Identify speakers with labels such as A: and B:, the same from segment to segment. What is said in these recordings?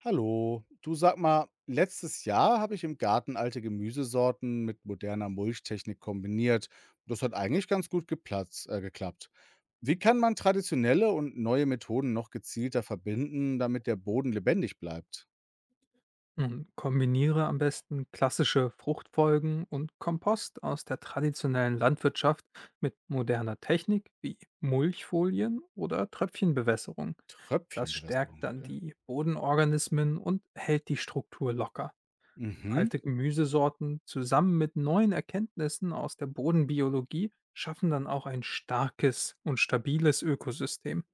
A: Hallo, du, sag mal, letztes Jahr habe ich im Garten alte Gemüsesorten mit moderner Mulchtechnik kombiniert. Das hat eigentlich ganz gut geklappt. Wie kann man traditionelle und neue Methoden noch gezielter verbinden, damit der Boden lebendig bleibt?
B: Und kombiniere am besten klassische Fruchtfolgen und Kompost aus der traditionellen Landwirtschaft mit moderner Technik wie Mulchfolien oder Tröpfchenbewässerung. Das stärkt
A: Tröpfchenbewässerung,
B: dann
A: okay.
B: die Bodenorganismen und hält die Struktur locker.
A: Mhm.
B: Alte Gemüsesorten zusammen mit neuen Erkenntnissen aus der Bodenbiologie schaffen dann auch ein starkes und stabiles Ökosystem.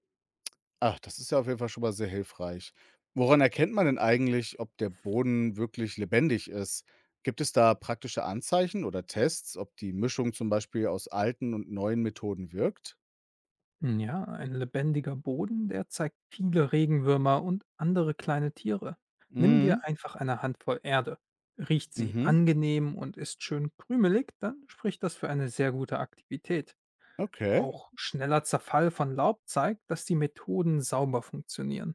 A: Ach, das ist ja auf jeden Fall schon mal sehr hilfreich. Woran erkennt man denn eigentlich, ob der Boden wirklich lebendig ist? Gibt es da praktische Anzeichen oder Tests, ob die Mischung zum Beispiel aus alten und neuen Methoden wirkt?
B: Hm, ja, ein lebendiger Boden, der zeigt viele Regenwürmer und andere kleine Tiere. Nimm
A: Mhm.
B: dir einfach eine Handvoll Erde. Riecht sie
A: Mhm.
B: angenehm und ist schön krümelig, dann spricht das für eine sehr gute Aktivität.
A: Okay.
B: Auch schneller Zerfall von Laub zeigt, dass die Methoden sauber funktionieren.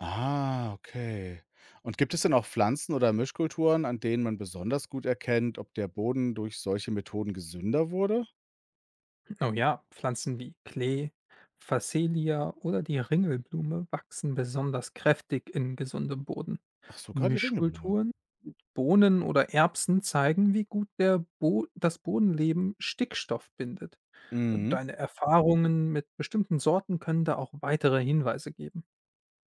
A: Ah, okay. Und gibt es denn auch Pflanzen oder Mischkulturen, an denen man besonders gut erkennt, ob der Boden durch solche Methoden gesünder wurde?
B: Oh ja, Pflanzen wie Klee, Phacelia oder die Ringelblume wachsen besonders kräftig in gesundem Boden.
A: Ach, sogar die Ringelblume.
B: Mischkulturen Bohnen oder Erbsen zeigen, wie gut der Bo das Bodenleben Stickstoff bindet.
A: Mhm.
B: Deine Erfahrungen mit bestimmten Sorten können da auch weitere Hinweise geben.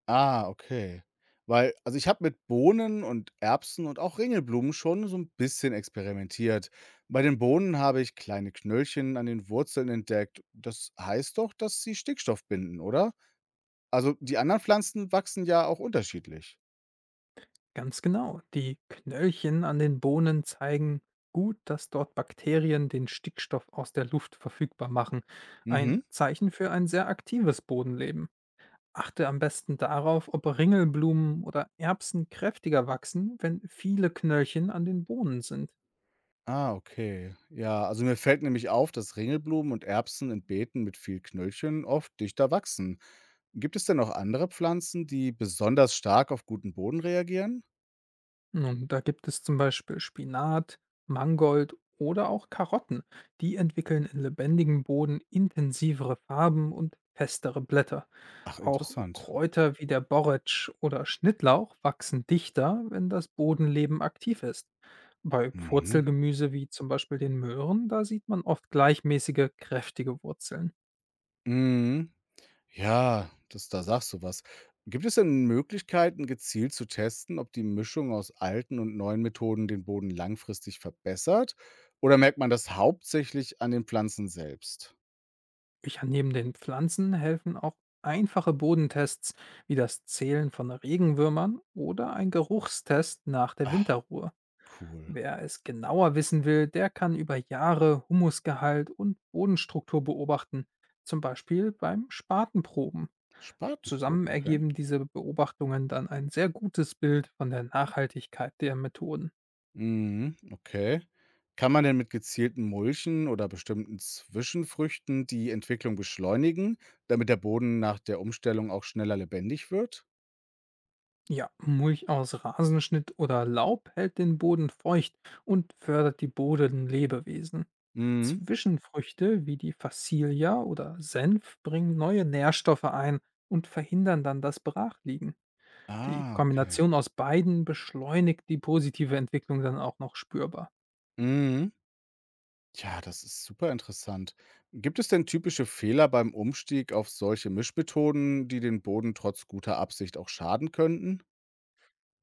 A: Ah, okay. Weil, also, ich habe mit Bohnen und Erbsen und auch Ringelblumen schon so ein bisschen experimentiert. Bei den Bohnen habe ich kleine Knöllchen an den Wurzeln entdeckt. Das heißt doch, dass sie Stickstoff binden, oder? Also, die anderen Pflanzen wachsen ja auch unterschiedlich.
B: Ganz genau. Die Knöllchen an den Bohnen zeigen gut, dass dort Bakterien den Stickstoff aus der Luft verfügbar machen. Ein
A: Mhm.
B: Zeichen für ein sehr aktives Bodenleben. Achte am besten darauf, ob Ringelblumen oder Erbsen kräftiger wachsen, wenn viele Knöllchen an den Bohnen sind.
A: Ah, okay. Ja, also, mir fällt nämlich auf, dass Ringelblumen und Erbsen in Beeten mit viel Knöllchen oft dichter wachsen. Gibt es denn noch andere Pflanzen, die besonders stark auf guten Boden reagieren?
B: Nun, da gibt es zum Beispiel Spinat, Mangold oder auch Karotten. Die entwickeln in lebendigem Boden intensivere Farben und festere Blätter.
A: Ach,
B: Auch
A: interessant.
B: Kräuter wie der Borretsch oder Schnittlauch wachsen dichter, wenn das Bodenleben aktiv ist. Bei
A: Mhm.
B: Wurzelgemüse wie zum Beispiel den Möhren, da sieht man oft gleichmäßige, kräftige Wurzeln.
A: Mhm. Ja, das, da sagst du was. Gibt es denn Möglichkeiten, gezielt zu testen, ob die Mischung aus alten und neuen Methoden den Boden langfristig verbessert? Oder merkt man das hauptsächlich an den Pflanzen selbst?
B: Ja, neben den Pflanzen helfen auch einfache Bodentests wie das Zählen von Regenwürmern oder ein Geruchstest nach der
A: Ach,
B: Winterruhe.
A: cool.
B: Wer es genauer wissen will, der kann über Jahre Humusgehalt und Bodenstruktur beobachten, zum Beispiel beim Spatenproben. Zusammen
A: Spatenproben, okay.
B: ergeben diese Beobachtungen dann ein sehr gutes Bild von der Nachhaltigkeit der Methoden.
A: Mhm, okay. Kann man denn mit gezielten Mulchen oder bestimmten Zwischenfrüchten die Entwicklung beschleunigen, damit der Boden nach der Umstellung auch schneller lebendig wird?
B: Ja, Mulch aus Rasenschnitt oder Laub hält den Boden feucht und fördert die Bodenlebewesen.
A: Mhm.
B: Zwischenfrüchte wie die Fassilia oder Senf bringen neue Nährstoffe ein und verhindern dann das Brachliegen. Die
A: Ah, okay.
B: Kombination aus beiden beschleunigt die positive Entwicklung dann auch noch spürbar.
A: Mhm. Ja, das ist super interessant. Gibt es denn typische Fehler beim Umstieg auf solche Mischmethoden, die den Boden trotz guter Absicht auch schaden könnten?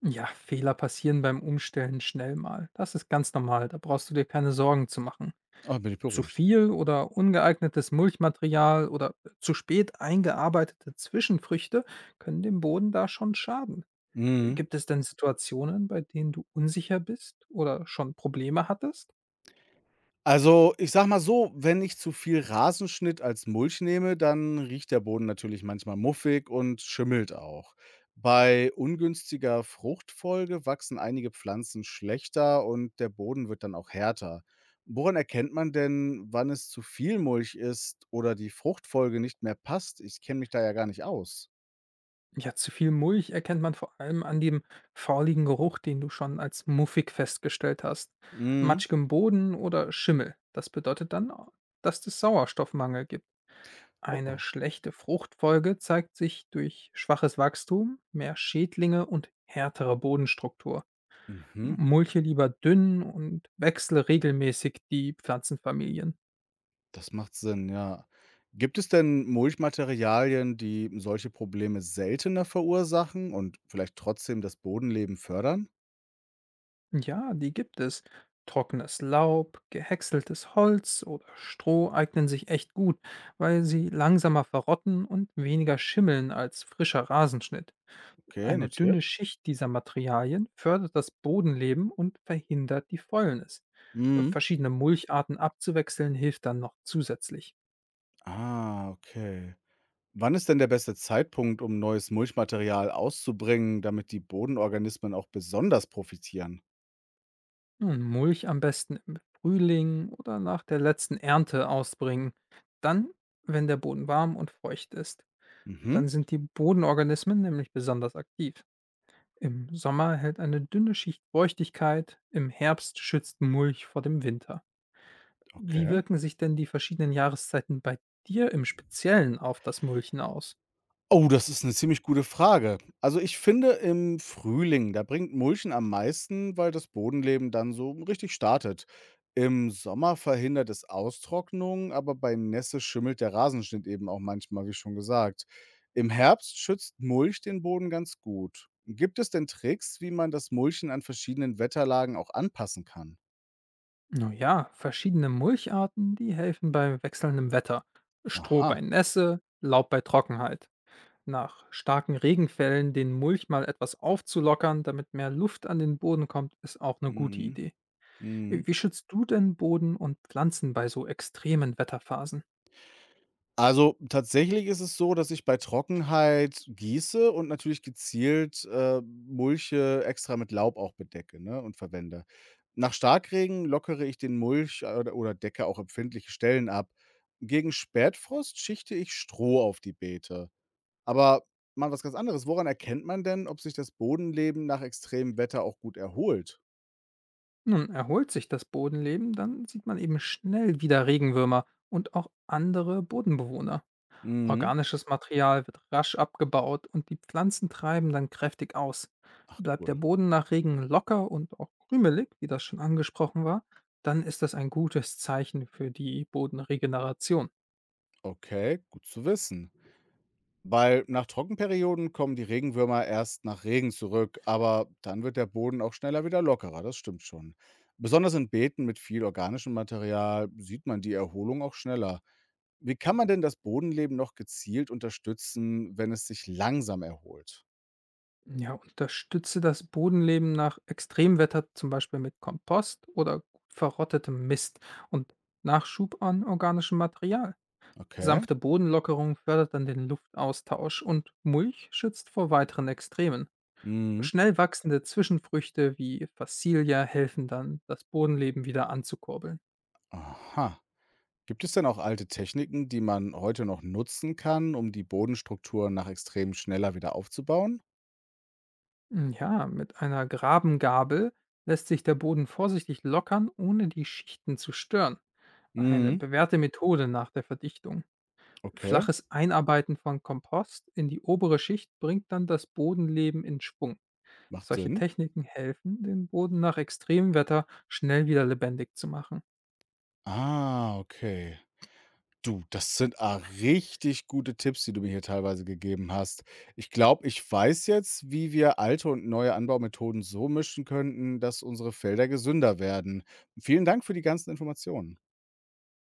B: Ja, Fehler passieren beim Umstellen schnell mal. Das ist ganz normal, da brauchst du dir keine Sorgen zu machen.
A: Ah, bin ich
B: Zu
A: beruhigt.
B: viel oder ungeeignetes Mulchmaterial oder zu spät eingearbeitete Zwischenfrüchte können dem Boden da schon schaden.
A: Mhm.
B: Gibt es denn Situationen, bei denen du unsicher bist oder schon Probleme hattest?
A: Also, ich sage mal so, wenn ich zu viel Rasenschnitt als Mulch nehme, dann riecht der Boden natürlich manchmal muffig und schimmelt auch. Bei ungünstiger Fruchtfolge wachsen einige Pflanzen schlechter und der Boden wird dann auch härter. Woran erkennt man denn, wann es zu viel Mulch ist oder die Fruchtfolge nicht mehr passt? Ich kenne mich da ja gar nicht aus.
B: Ja, zu viel Mulch erkennt man vor allem an dem fauligen Geruch, den du schon als muffig festgestellt hast,
A: Mhm.
B: matschigem Boden oder Schimmel. Das bedeutet dann, dass es Sauerstoffmangel gibt.
A: Oh,
B: Eine
A: oh.
B: schlechte Fruchtfolge zeigt sich durch schwaches Wachstum, mehr Schädlinge und härtere Bodenstruktur.
A: Mhm.
B: Mulche lieber dünn und wechsle regelmäßig die Pflanzenfamilien.
A: Das macht Sinn, ja. Gibt es denn Mulchmaterialien, die solche Probleme seltener verursachen und vielleicht trotzdem das Bodenleben fördern?
B: Ja, die gibt es. Trockenes Laub, gehäckseltes Holz oder Stroh eignen sich echt gut, weil sie langsamer verrotten und weniger schimmeln als frischer Rasenschnitt.
A: Okay,
B: Eine dünne
A: notiert.
B: Schicht dieser Materialien fördert das Bodenleben und verhindert die Fäulnis.
A: Mhm.
B: Verschiedene Mulcharten abzuwechseln hilft dann noch zusätzlich.
A: Ah, okay. Wann ist denn der beste Zeitpunkt, um neues Mulchmaterial auszubringen, damit die Bodenorganismen auch besonders profitieren?
B: Nun, Mulch am besten im Frühling oder nach der letzten Ernte ausbringen. Dann, wenn der Boden warm und feucht ist,
A: Mhm,
B: dann sind die Bodenorganismen nämlich besonders aktiv. Im Sommer hält eine dünne Schicht Feuchtigkeit, im Herbst schützt Mulch vor dem Winter. Wie
A: okay.
B: wirken sich denn die verschiedenen Jahreszeiten bei dir im Speziellen auf das Mulchen aus?
A: Oh, das ist 'ne ziemlich gute Frage. Also, ich finde im Frühling, da bringt Mulchen am meisten, weil das Bodenleben dann so richtig startet. Im Sommer verhindert es Austrocknung, aber bei Nässe schimmelt der Rasenschnitt eben auch manchmal, wie schon gesagt. Im Herbst schützt Mulch den Boden ganz gut. Gibt es denn Tricks, wie man das Mulchen an verschiedenen Wetterlagen auch anpassen kann?
B: Na ja, verschiedene Mulcharten, die helfen bei wechselndem Wetter. Stroh
A: Aha.
B: bei Nässe, Laub bei Trockenheit. Nach starken Regenfällen den Mulch mal etwas aufzulockern, damit mehr Luft an den Boden kommt, ist auch eine gute
A: Mhm.
B: Idee.
A: Mhm.
B: Wie schützt du denn Boden und Pflanzen bei so extremen Wetterphasen?
A: Also, tatsächlich ist es so, dass ich bei Trockenheit gieße und natürlich gezielt, Mulche extra mit Laub auch bedecke, ne, und verwende. Nach Starkregen lockere ich den Mulch oder decke auch empfindliche Stellen ab. Gegen Spätfrost schichte ich Stroh auf die Beete. Aber mal was ganz anderes, woran erkennt man denn, ob sich das Bodenleben nach extremem Wetter auch gut erholt?
B: Nun, erholt sich das Bodenleben, dann sieht man eben schnell wieder Regenwürmer und auch andere Bodenbewohner.
A: Mhm.
B: Organisches Material wird rasch abgebaut und die Pflanzen treiben dann kräftig aus.
A: Ach,
B: Bleibt der
A: cool.
B: Boden nach Regen locker und auch krümelig, wie das schon angesprochen war, dann ist das ein gutes Zeichen für die Bodenregeneration.
A: Okay, gut zu wissen. Weil nach Trockenperioden kommen die Regenwürmer erst nach Regen zurück, aber dann wird der Boden auch schneller wieder lockerer, das stimmt schon. Besonders in Beeten mit viel organischem Material sieht man die Erholung auch schneller. Wie kann man denn das Bodenleben noch gezielt unterstützen, wenn es sich langsam erholt?
B: Ja, unterstütze das Bodenleben nach Extremwetter, zum Beispiel mit Kompost oder verrottetem Mist und Nachschub an organischem Material.
A: Okay.
B: Sanfte Bodenlockerung fördert dann den Luftaustausch und Mulch schützt vor weiteren Extremen.
A: Mhm.
B: Schnell wachsende Zwischenfrüchte wie Fassilia helfen dann, das Bodenleben wieder anzukurbeln.
A: Aha. Gibt es denn auch alte Techniken, die man heute noch nutzen kann, um die Bodenstruktur nach Extremen schneller wieder aufzubauen?
B: Hm, ja, mit einer Grabengabel lässt sich der Boden vorsichtig lockern, ohne die Schichten zu stören. Eine
A: Mhm.
B: bewährte Methode nach der Verdichtung.
A: Okay,
B: Flaches Einarbeiten von Kompost in die obere Schicht bringt dann das Bodenleben in Schwung.
A: macht
B: Solche
A: Sinn.
B: Techniken helfen, den Boden nach Extremwetter schnell wieder lebendig zu machen.
A: Ah, okay. Du, das sind, ah, richtig gute Tipps, die du mir hier teilweise gegeben hast. Ich glaube, ich weiß jetzt, wie wir alte und neue Anbaumethoden so mischen könnten, dass unsere Felder gesünder werden. Vielen Dank für die ganzen Informationen.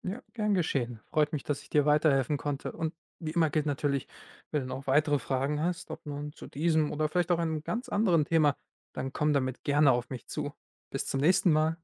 B: Ja, gern geschehen. Freut mich, dass ich dir weiterhelfen konnte. Und wie immer gilt natürlich, wenn du noch weitere Fragen hast, ob nun zu diesem oder vielleicht auch einem ganz anderen Thema, dann komm damit gerne auf mich zu. Bis zum nächsten Mal.